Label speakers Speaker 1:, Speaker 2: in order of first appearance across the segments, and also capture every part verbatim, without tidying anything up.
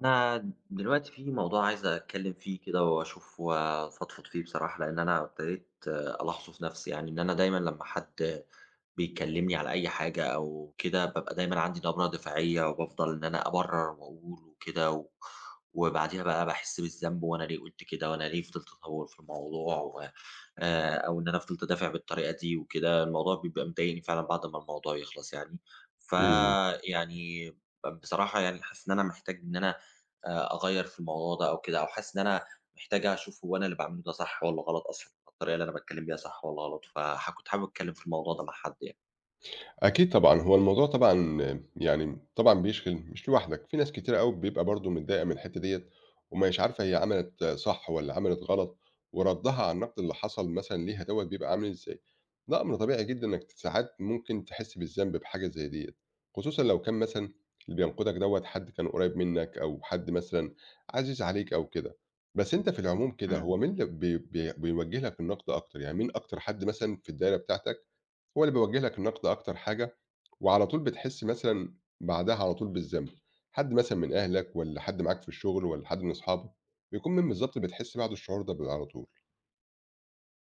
Speaker 1: أنا دلوقتي في موضوع عايز أتكلم فيه كده وأشوف وأفضفض فيه بصراحة، لأن أنا ابتديت آه، ألاحظه في نفسي، يعني إن أنا دايمًا لمّا حد بيكلمني على أي حاجة أو كده بابقى دايمًا عندي نبرة دفاعية وبافضل إن أنا أبرر وأقول وكده و وبعديها بقى باحس بالذنب، وأنا ليه قُلت كده، وأنا ليه فضلت أطوّل في الموضوع و آآ، أو إن أنا فضلت أدافع بالطريقة دي وكده، الموضوع بيبقى مضايقني فعلًا بعد ما الموضوع يخلص يعني.
Speaker 2: إمم.
Speaker 1: فيعني بصراحة، يعني حاسس إن أنا محتاج إن أنا آآ أغيّر في الموضوع ده أو كده، أو حاسس إن أنا محتاج أشوف هو أنا اللي باعمله ده صح والّا غلط أصلًا، الطريقة اللي أنا باتكلّم بيها صح والّا غلط، فح كنت حابب أتكلّم في الموضوع ده مع حد يعني.
Speaker 2: أكيد طبعًا، هو الموضوع طبعًا يعني طبعًا بيشغِل مش لوحدك، في ناس كتيرة أوي بيبقى برضه متضايقة من الحتّة ديّة ومش عارفة هي عملت صح والّا عملت غلط وردّها على النقد اللي حصل مثلًا ليها دوّة بيبقى عامل إزاي. ده أمر طبيعي جدًا إنّك ساعات ممكن تحِس بالذنب بحاجة زي ديّة، خصوصًا لو كان مثلًا اللي بينقدك دوّة حد كان قريّب منّك أو حد مثلًا عزيز عليك أو كده. بس أنت في العموم كده،
Speaker 1: إمم.
Speaker 2: هو مين اللي بي بي بيوجّه لك النقد أكتر، يعني مين أكتر حد مثلًا في الدايرة بتاعتك هو اللي بيوجه لك النقد أكتر حاجة، وعلى طول بتحس مثلًا بعدها على طول بالذنب، حد مثلًا من أهلك والّا حد معاك في الشغل والّا حد من أصحابك، بيكون مين بالضبط بتحس بعد الشعور ده بيبقى على طول؟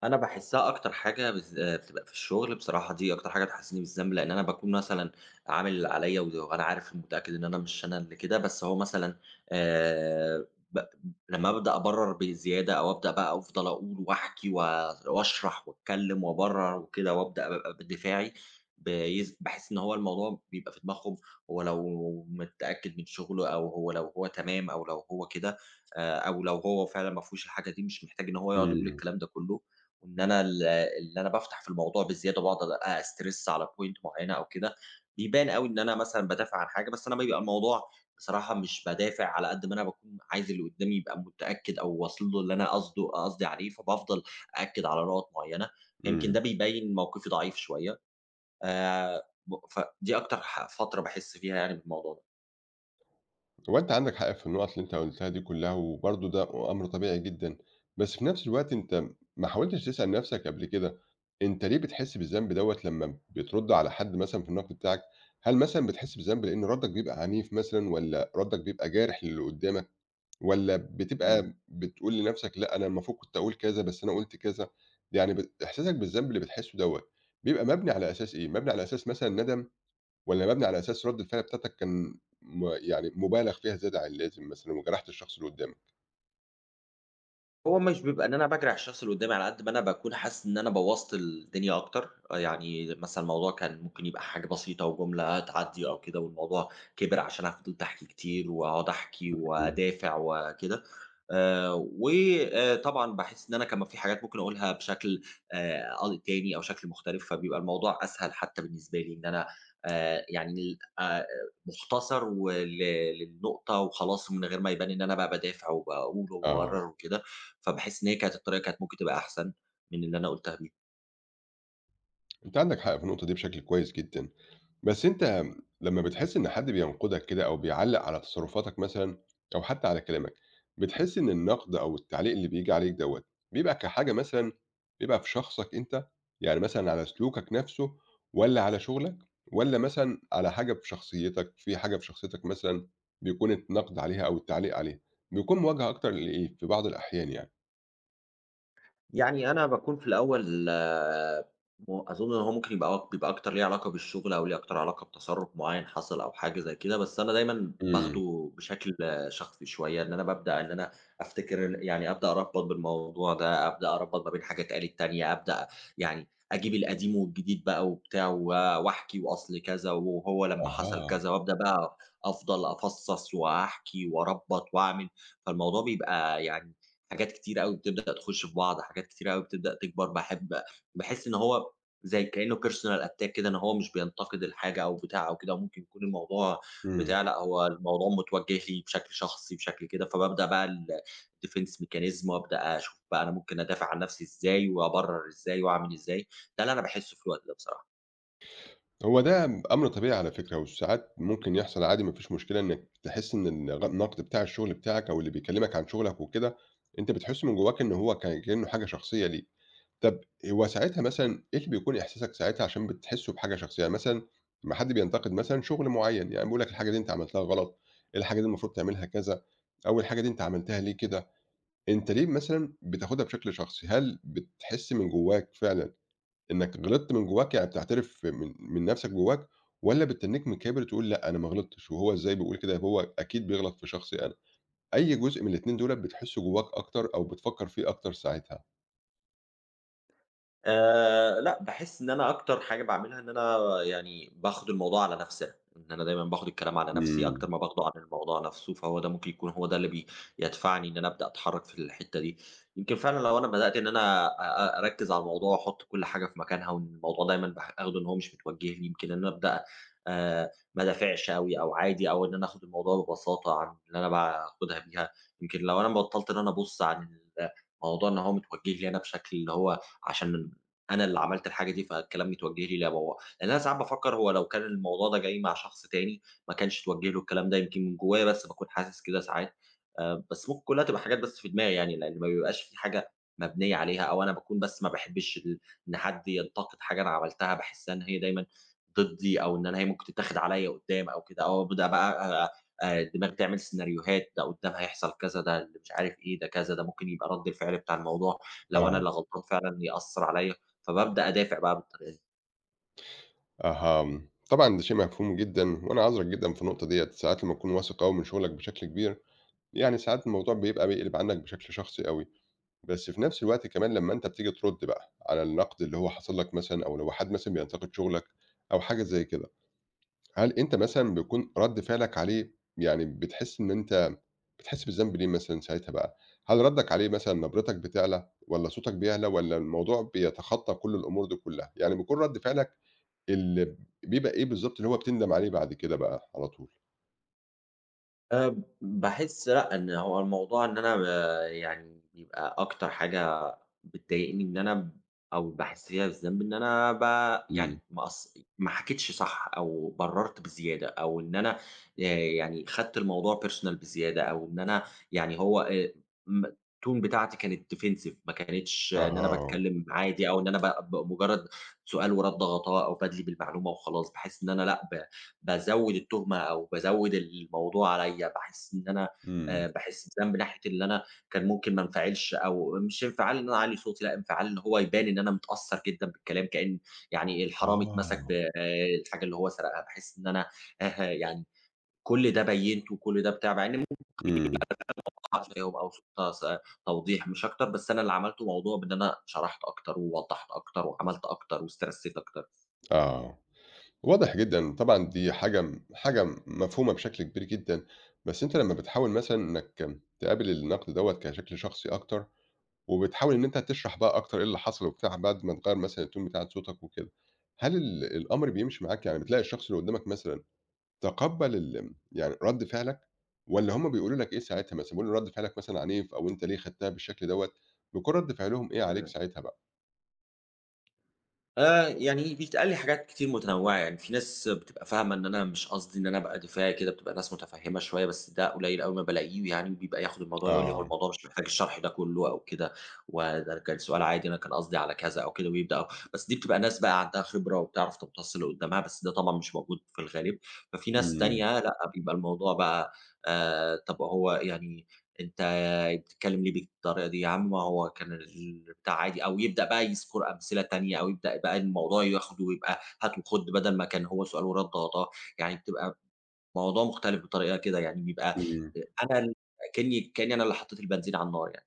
Speaker 1: أنا باحسّها أكتر حاجة بالذ بتبقى في الشغل، بصراحة دي أكتر حاجة بتحسّسني بالذنب، لإن أنا باكون مثلًا عامل اللي عليّا و وأنا عارف ومتأكد إن أنا مش أنا اللي كده، بس هو مثلًا آآ ب لمّا أبدأ أبرّر بزيادة أو أبدأ بقى أفضل أقول وأحكي و وأشرح وأتكلّم وأبرّر وكده وأبدأ أبقى بدفاعي، بيز باحس إن هو الموضوع بيبقى في دماغهم، هو لو متأكد من شغله أو هو لو هو تمام أو لو هو كده، آآ أو لو هو فعلًا ما فيهوش الحاجة دي، مش محتاج إن هو يقعد يقول
Speaker 2: إمم،
Speaker 1: الكلام ده كُلّه. وإن أنا ال اللي أنا بافتح في الموضوع بزيادة وباقعد أ أstress على point معينة أو كده، بيبان أوي إن أنا مثلًا بادافع عن حاجة، بس أنا بيبقى الموضوع بصراحة مش بادافع، على قد ما أنا باكون عايز اللي قدامي يبقى متأكد أو واصل له اللي أنا قصده، قصدي عليه، فبافضل أأكد على نقط معينة، يمكن
Speaker 2: إمم،
Speaker 1: ده بيبين موقفي ضعيف شوية، آآ ب فدي أكتر ح فترة باحس فيها يعني بالموضوع ده.
Speaker 2: هو أنت عندك حق في النقط اللي أنت قُلتها دي كلها، وبرضه ده أمر طبيعي جدًا، بس في نفس الوقت أنت ما حاولتش تسأل نفسك قبل كده، أنت ليه بتحس بالذنب دوّة لمّا بترد على حد مثلًا في النقد بتاعك؟ هل مثلًا بتحس بالذنب لإن ردك بيبقى عنيف مثلًا والّا ردك بيبقى جارح للي قدّامك؟ والّا
Speaker 1: إمم.
Speaker 2: بتبقى بتقول لنَفْسك لأ أنا المفروض كنت أقول كذا، بس أنا قُلت كذا؟ يعني ب إحساسك بالذنب اللي بتحسّه دوّة، بيبقى مبني على أساس إيه؟ مبني على أساس مثلًا ندم والّا مبني على أساس رَد الفعل بتاعتك كان م يعني مُبالغ فيها زيادة عن اللازم مثلًا وجرحت الشخص اللي قُدّامك؟
Speaker 1: هو مش بيبقى إن أنا باجري على الشخص اللي قدّامي، على قد ما أنا باكون حاسس إن أنا بوّظت الدنيا أكتر، آآ يعني مثلًا الموضوع كان ممكن يبقى حاجة بسيطة وجملة تعدّي أو كده، والموضوع كِبِر عشان أنا فضلت أحكي كتير وأقعد أحكي
Speaker 2: إمم.
Speaker 1: وأدافع وكده، آآ وآآ طبعًا باحس إن أنا كمان في حاجات ممكن أقولها بشكل آآ أ تاني أو شكل مختلف، فبيبقى الموضوع أسهل حتى بالنسبة لي إن أنا آآ يعني ال آآ مُختصر ول للنقطة وخلاص، من غير ما يبان إن أنا بقى بادافع وباقول
Speaker 2: آه.
Speaker 1: وبابرّر وكده، فباحس إن هي كانت الطريقة كانت ممكن تبقى أحسن من اللي أنا قُلتها دي.
Speaker 2: أنت عندك حق في النقطة دي بشكل كويس جدًا. بس أنت لمّا بتحس إن حد بينقدك كده أو بيعلّق على تصرفاتك مثلًا أو حتى على كلامك، بتحس إن النقد أو التعليق اللي بييجي عليك دوّة بيبقى كحاجة مثلًا بيبقى في شخصك أنت، يعني مثلًا على سلوكك نفسه والّا على شغلك والّا مثلًا على حاجة في شخصيتك، في حاجة في شخصيتك مثلًا بيكون النقد عليها أو التعليق عليها، بيكون موجه أكتر لإيه في بعض الأحيان يعني؟
Speaker 1: يعني أنا باكون في الأول آه، م أظُن إن هو ممكن يبقى أك بيبقى أكتر ليه علاقة بالشغل، أو ليه أكتر علاقة بتصرُّف معيّن حصل أو حاجة زي كده، بس أنا دايمًا
Speaker 2: إمم،
Speaker 1: باخده بشكل آه، شخصي شوية، إن أنا بابدأ إن أنا أفتكر، يعني أبدأ أربّط بالموضوع ده، أبدأ أربّط ما بين حاجة اتقالت تانية، أبدأ يعني أجيب القديم والجديد بقى وبتاع و وأحكي، وأصل كذا وهو لمّا حصل
Speaker 2: أها،
Speaker 1: كذا، وأبدأ بقى أفضل أفصّص وأحكي وأربّط وأعمل، فالموضوع بيبقى يعني حاجات كتيرة أوي بتبدأ تخُش في بعض، حاجات كتيرة أوي بتبدأ تكبر، باحب باحس إن هو زي كإنه personal attack كده، إن هو مش بينتقد الحاجة أو بتاع أو كده، وممكن يكون الموضوع
Speaker 2: إمم.
Speaker 1: بتاع، لأ، هو الموضوع متوجه لي بشكل شخصي، بشكل كده، فبابدأ بقى ال defense mechanism وأبدأ أشوف بقى أنا ممكن أدافع عن نَفْسي إزاي وأبرّر إزاي وأعمل إزاي، ده اللي أنا باحسّه في الوقت ده بصراحة.
Speaker 2: هو ده أمر طبيعي على فكرة، وساعات ممكن يحصل عادي ما فيش مشكلة إنك تحس إن الغ النقد بتاع الشغل بتاعك أو اللي بيكلمك عن شغلك وكده، أنت بتحس من جواك إن هو كان كأنه حاجة شخصية ليك. طب هو ساعتها مثلًا إيه اللي بيكون إحساسك ساعتها عشان بتحسه بحاجة شخصية؟ يعني مثلًا لمّا حد بينتقد مثلًا شغل معيّن، يعني بيقول لك الحاجة دي أنت عملتها غلط، الحاجة دي المفروض تعملها كذا، أو الحاجة دي أنت عملتها ليه كده؟ أنت ليه مثلًا بتاخدها بشكل شخصي؟ هل بتحس من جواك فعلًا إنك غلطت من جواك، يعني بتعترف من من نفسك جواك، والّا بتتنّيك من كِبر تقول لأ أنا ما غلطتش، وهو إزاي بيقول كده هو أكيد بيغلط في شخصي أنا، أي جزء من الاتنين دُولَة بتحسّه جواك أكتر أو بتفكّر فيه أكتر ساعتها؟
Speaker 1: آآ لأ، باحس إن أنا أكتر حاجة باعملها إن أنا يعني باخد الموضوع على نفسي أنا، إن أنا دايمًا باخد الكلام على نفسي
Speaker 2: إمم،
Speaker 1: أكتر ما باخده على الموضوع نفسه، فهو ده ممكن يكون هو ده اللي بي يدفعني إن أنا أبدأ أتحرّك في الحتّة دي. يمكن فعلًا لو أنا بدأت إن أنا أ أ أركّز على الموضوع، وأحط كل حاجة في مكانها، وإن الموضوع دايمًا باح آخده إن هو مش متوجه لي، يمكن إن أنا أبدأ آآ ما أدافعش أوي أو عادي، أو إن أنا آخد الموضوع ببساطة عن اللي أنا باخدها بيها. يمكن لو أنا بطّلت إن أنا أبُص عن الموضوع إن هو متوجه لي أنا، بشكل اللي هو عشان أنا اللي عملت الحاجة دي، فالكلام متوجه لي ليَّ هو، لأن أنا ساعات بافكر هو لو كان الموضوع ده جاي مع شخص تاني ما كانش اتوجه له الكلام ده، يمكن من جوايا بس باكون حاسس كده ساعات، آآ، بس ممكن كلها تبقى حاجات بس في دماغي يعني، لأن ما بيبقاش في حاجة مبنية عليها، أو أنا باكون بس ما باحبش ال إن حد ينتقد حاجة أنا عملتها، باحسها إن هي دايمًا ضدي، أو إن أنا هي ممكن تتاخد عليَّ قدّام أو كده، أو أبدأ بقى آآ، دماغي تعمل سيناريوهات، ده قدّام هيحصل كذا، ده اللي مش عارف إيه، ده كذا، ده ممكن يبقى رد الفعل بتاع الموضوع لو أنا
Speaker 2: آه،
Speaker 1: اللي غلطان فعلًا يأثّر عليَّ. فبابدأ أدافع بقى بالطريقة دي.
Speaker 2: أها، طبعًا ده شيء مفهوم جدًا، وأنا عذرك جدًا في النقطة ديّة، ساعات لمّا تكون واثق أوي من شغلك بشكل كبير، يعني ساعات الموضوع بيبقى بيقلب عنّك بشكل شخصي أوي، بس في نفس الوقت كمان لمّا أنت بتيجي ترُد بقى على النقد اللي هو حصل لك مثلًا، أو لو حد مثلًا بينتقد شغلك أو حاجة زي كده. هل أنت مثلًا بيكون رَد فعلك عليه يعني بتحس إن أنت بتحس بالذنب ليه مثلًا ساعتها بقى؟ هل ردّك عليه مثلًا نبرتك بتعلى والّا صوتك بيعلى والّا الموضوع بيتخطى كل الأمور دي كلّها؟ يعني بيكون رَد فعلك ال بيبقى إيه بالضبط اللي هو بتندم عليه بعد كده بقى على طول؟
Speaker 1: آآ باحس لأ، إن هو الموضوع إن أنا ب يعني بيبقى أكتر حاجة بتضايقني إن أنا ب أو باحس فيها بالذنب إن أنا ب يعني
Speaker 2: إمم.
Speaker 1: ما قص ما حكيتش صح، أو برّرت بزيادة، أو إن أنا آآ يعني خدت الموضوع personal بزيادة، أو إن أنا يعني هو آآ م الtone بتاعتي كانت defensive، ما كانتش إن أنا
Speaker 2: أها.
Speaker 1: باتكلم عادي، أو إن أنا ب ب مجرد سؤال ورد غطاء أو بادلي بالمعلومة وخلاص، باحس إن أنا لأ، ب بازوّد التهمة أو بازوّد الموضوع عليّا، باحس إن أنا
Speaker 2: إمم.
Speaker 1: آآ باحس بذنب ناحية اللي أنا كان ممكن ما انفعلش، أو مش انفعال إن أنا أعلّي صوتي، لأ، انفعال إن هو يبان إن أنا متأثّر جدًا بالكلام، كإن يعني الحرامي اتمسك
Speaker 2: آه.
Speaker 1: بالحاجة اللي هو سرقها، باحس إن أنا أها، يعني كل ده بيّنته وكل ده بتاع، مع إنّي ممكن
Speaker 2: إمم.
Speaker 1: أعرف أو ص توضيح مش أكتر، بس أنا اللي عملته موضوع بإن أنا شرحت أكتر ووضّحت أكتر وعملت أكتر واسترسيت أكتر.
Speaker 2: آه. واضح جدًا طبعًا دي حاجة م حاجة مفهومة بشكل كبير جدًا، بس أنت لمّا بتحاول مثلًا إنّك تقابل النقد دوّة كشكل شخصي أكتر وبتحاول إن أنت تشرح بقى أكتر إيه اللي حصل وبتاع بعد ما تغيّر مثلًا الtone بتاعة صوتك وكده، هل ال الأمر بيمشي معاك؟ يعني بتلاقي الشخص اللي قدّامك مثلًا تقبّل ال يعني رَد فعلك والّا هُم بيقولوا لك إيه ساعتها مثلًا، بيقولوا رَد فعلك مثلًا عنيف أو أنت ليه خدتها بالشكل دوّة، بيكون رَد فعلهم إيه عليك
Speaker 1: إمم.
Speaker 2: ساعتها بقى؟
Speaker 1: آآ، يعني بيتقال لي حاجات كتير متنوعة، يعني في ناس بتبقى فاهمة إن أنا مش قصدي إن أنا أبقى دفاعي كده، بتبقى ناس متفهمة شوية، بس ده قليل أوي ما بالاقيه يعني، بيبقى ياخد الموضوع يقول لي: "هو
Speaker 2: آه،
Speaker 1: الموضوع مش محتاج الشرح ده كله أو كده، وده كان سؤال عادي أنا كان قصدي على كذا أو كده." ويبدأوا، بس دي بتبقى ناس بقى عندها خبرة وبتعرف تمتص اللي قدامها، بس ده طبعًا مش موجود في الغالب. ففي ناس
Speaker 2: إمم،
Speaker 1: تانية لأ، بيبقى الموضوع بقى آآ، طَب هو يعني أنت بتتكلم ليه بالطريقة دي، يا عم ما هو كان البتاع عادي، أو يبدأ بقى يذكر أمثلة تانية، أو يبدأ بقى الموضوع ياخده ويبقى هات وخُد، بدل ما كان هو سؤال ورد على طا يعني بتبقى موضوع مختلف بطريقة كده، يعني بيبقى
Speaker 2: إمم،
Speaker 1: أنا ال كإني كإني أنا اللي حطيت البنزين على النار يعني.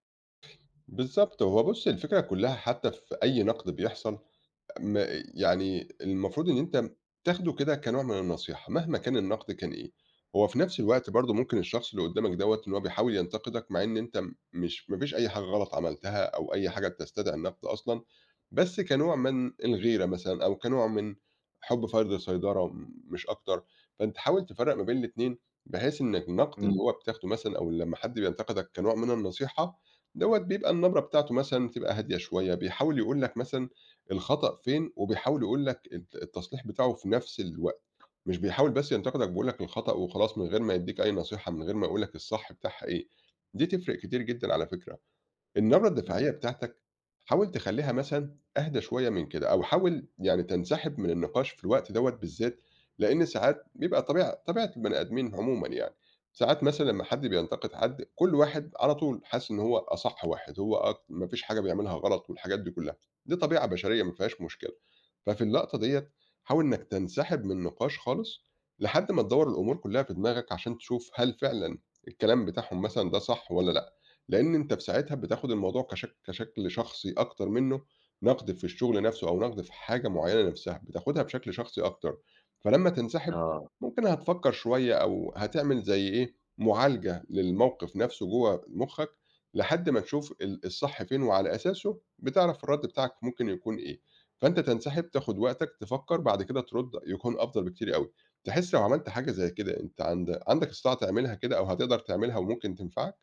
Speaker 2: بالضبط، هو بُص الفكرة كلّها حتى في أي نقد بيحصل ما يعني المفروض إن أنت تاخده كده كنوع من النصيحة، مهما كان النقد كان إيه. هو في نفس الوقت برضه ممكن الشخص اللي قدّامك دوّة إن هو بيحاول ينتقدك، مع إن أنت مش ما فيش أي حاجة غلط عملتها أو أي حاجة تستدعي النقد أصلًا، بس كنوع من الغيرة مثلًا أو كنوع من حُب فرض السيطرة م مش أكتر. فأنت حاول تفرّق ما بين الاتنين، بحيث إن النقد اللي
Speaker 1: إمم،
Speaker 2: هو بتاخده مثلًا أو لمّا حد بينتقدك كنوع من النصيحة، دوّة بيبقى النبرة بتاعته مثلًا تبقى هادية شوية، بيحاول يقول لك مثلًا الخطأ فين، وبيحاول يقول لك الت التصليح بتاعه في نفس الوقت، مش بيحاول بس ينتقدك بيقول لك الخطأ وخلاص من غير ما يدّيك أي نصيحة، من غير ما يقول لك الصح بتاعها إيه، دي تفرق كتير جدًا على فكرة. النبرة
Speaker 1: إمم،
Speaker 2: الدفاعية بتاعتك حاول تخلّيها مثلًا أهدى شوية من كده، أو حاول يعني تنسحب من النقاش في الوقت دوّة بالذات، لإن ساعات بيبقى طبيعة طبيعة البني آدمين عمومًا يعني، ساعات مثلًا لمّا حد بينتقد حد، كل واحد على طول حاسس إن هو أصح واحد، هو أك ما فيش حاجة بيعملها غلط والحاجات دي كلّها، دي طبيعة بشرية ما فيهاش مشكلة، ففي اللقطة ديّة حاول إنك تنسحب من النقاش خالص، لحد ما تدوّر الأمور كلّها في دماغك عشان تشوف هل فعلًا الكلام بتاعهم مثلًا ده صح والّا لأ. لإن أنت في ساعتها بتاخد الموضوع كشك كشكل شخصي أكتر منه نقد في الشغل نفسه أو نقد في حاجة معينة نفسها، بتاخدها بشكل شخصي أكتر، فلمّا تنسحب
Speaker 1: آه.
Speaker 2: ممكن هتفكّر شوية أو هتعمل زي إيه، معالجة للموقف نفسه جوّه مُخّك لحد ما تشوف ال الصح فين وعلى أساسه بتعرف الرَد بتاعك ممكن يكون إيه. فأنت تنسحب، تاخد وقتك، تفكّر، بعد كده ترُد يكون أفضل بكتير أوي. تحس لو عملت حاجة زي كده أنت عند عندك استطاعة تعملها كده أو هتقدر تعملها وممكن تنفعك؟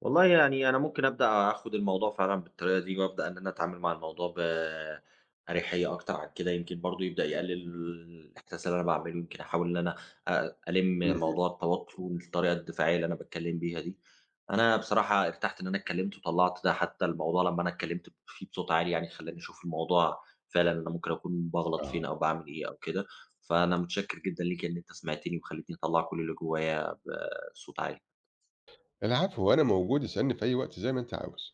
Speaker 1: والله يعني أنا ممكن أبدأ آخُد الموضوع فعلًا بالطريقة دي، وأبدأ إن أنا أتعامل مع الموضوع بأريحية أكتر عن كده، يمكن برضه يبدأ يقلل الإحساس اللي أنا باعمله، يمكن أحاول إن أنا أ ألِم
Speaker 2: إمم.
Speaker 1: موضوع التوتُّر والطريقة الدفاعية اللي أنا باتكلّم بيها دي. أنا بصراحة ارتحت إن أنا اتكلّمت وطلّعت ده، حتى الموضوع لمّا أنا اتكلّمت فيه بصوت عالي يعني خلّاني أشوف الموضوع فعلًا، أنا ممكن أكون باغلط فين
Speaker 2: آه،
Speaker 1: أو باعمل إيه أو كده، فأنا متشكّر جدًا ليك إن أنت سمعتني وخلّيتني أطلّع كل اللي جوّايا بصوت عالي.
Speaker 2: العفو، وأنا موجود اسألني في أي وقت زي ما أنت عاوز.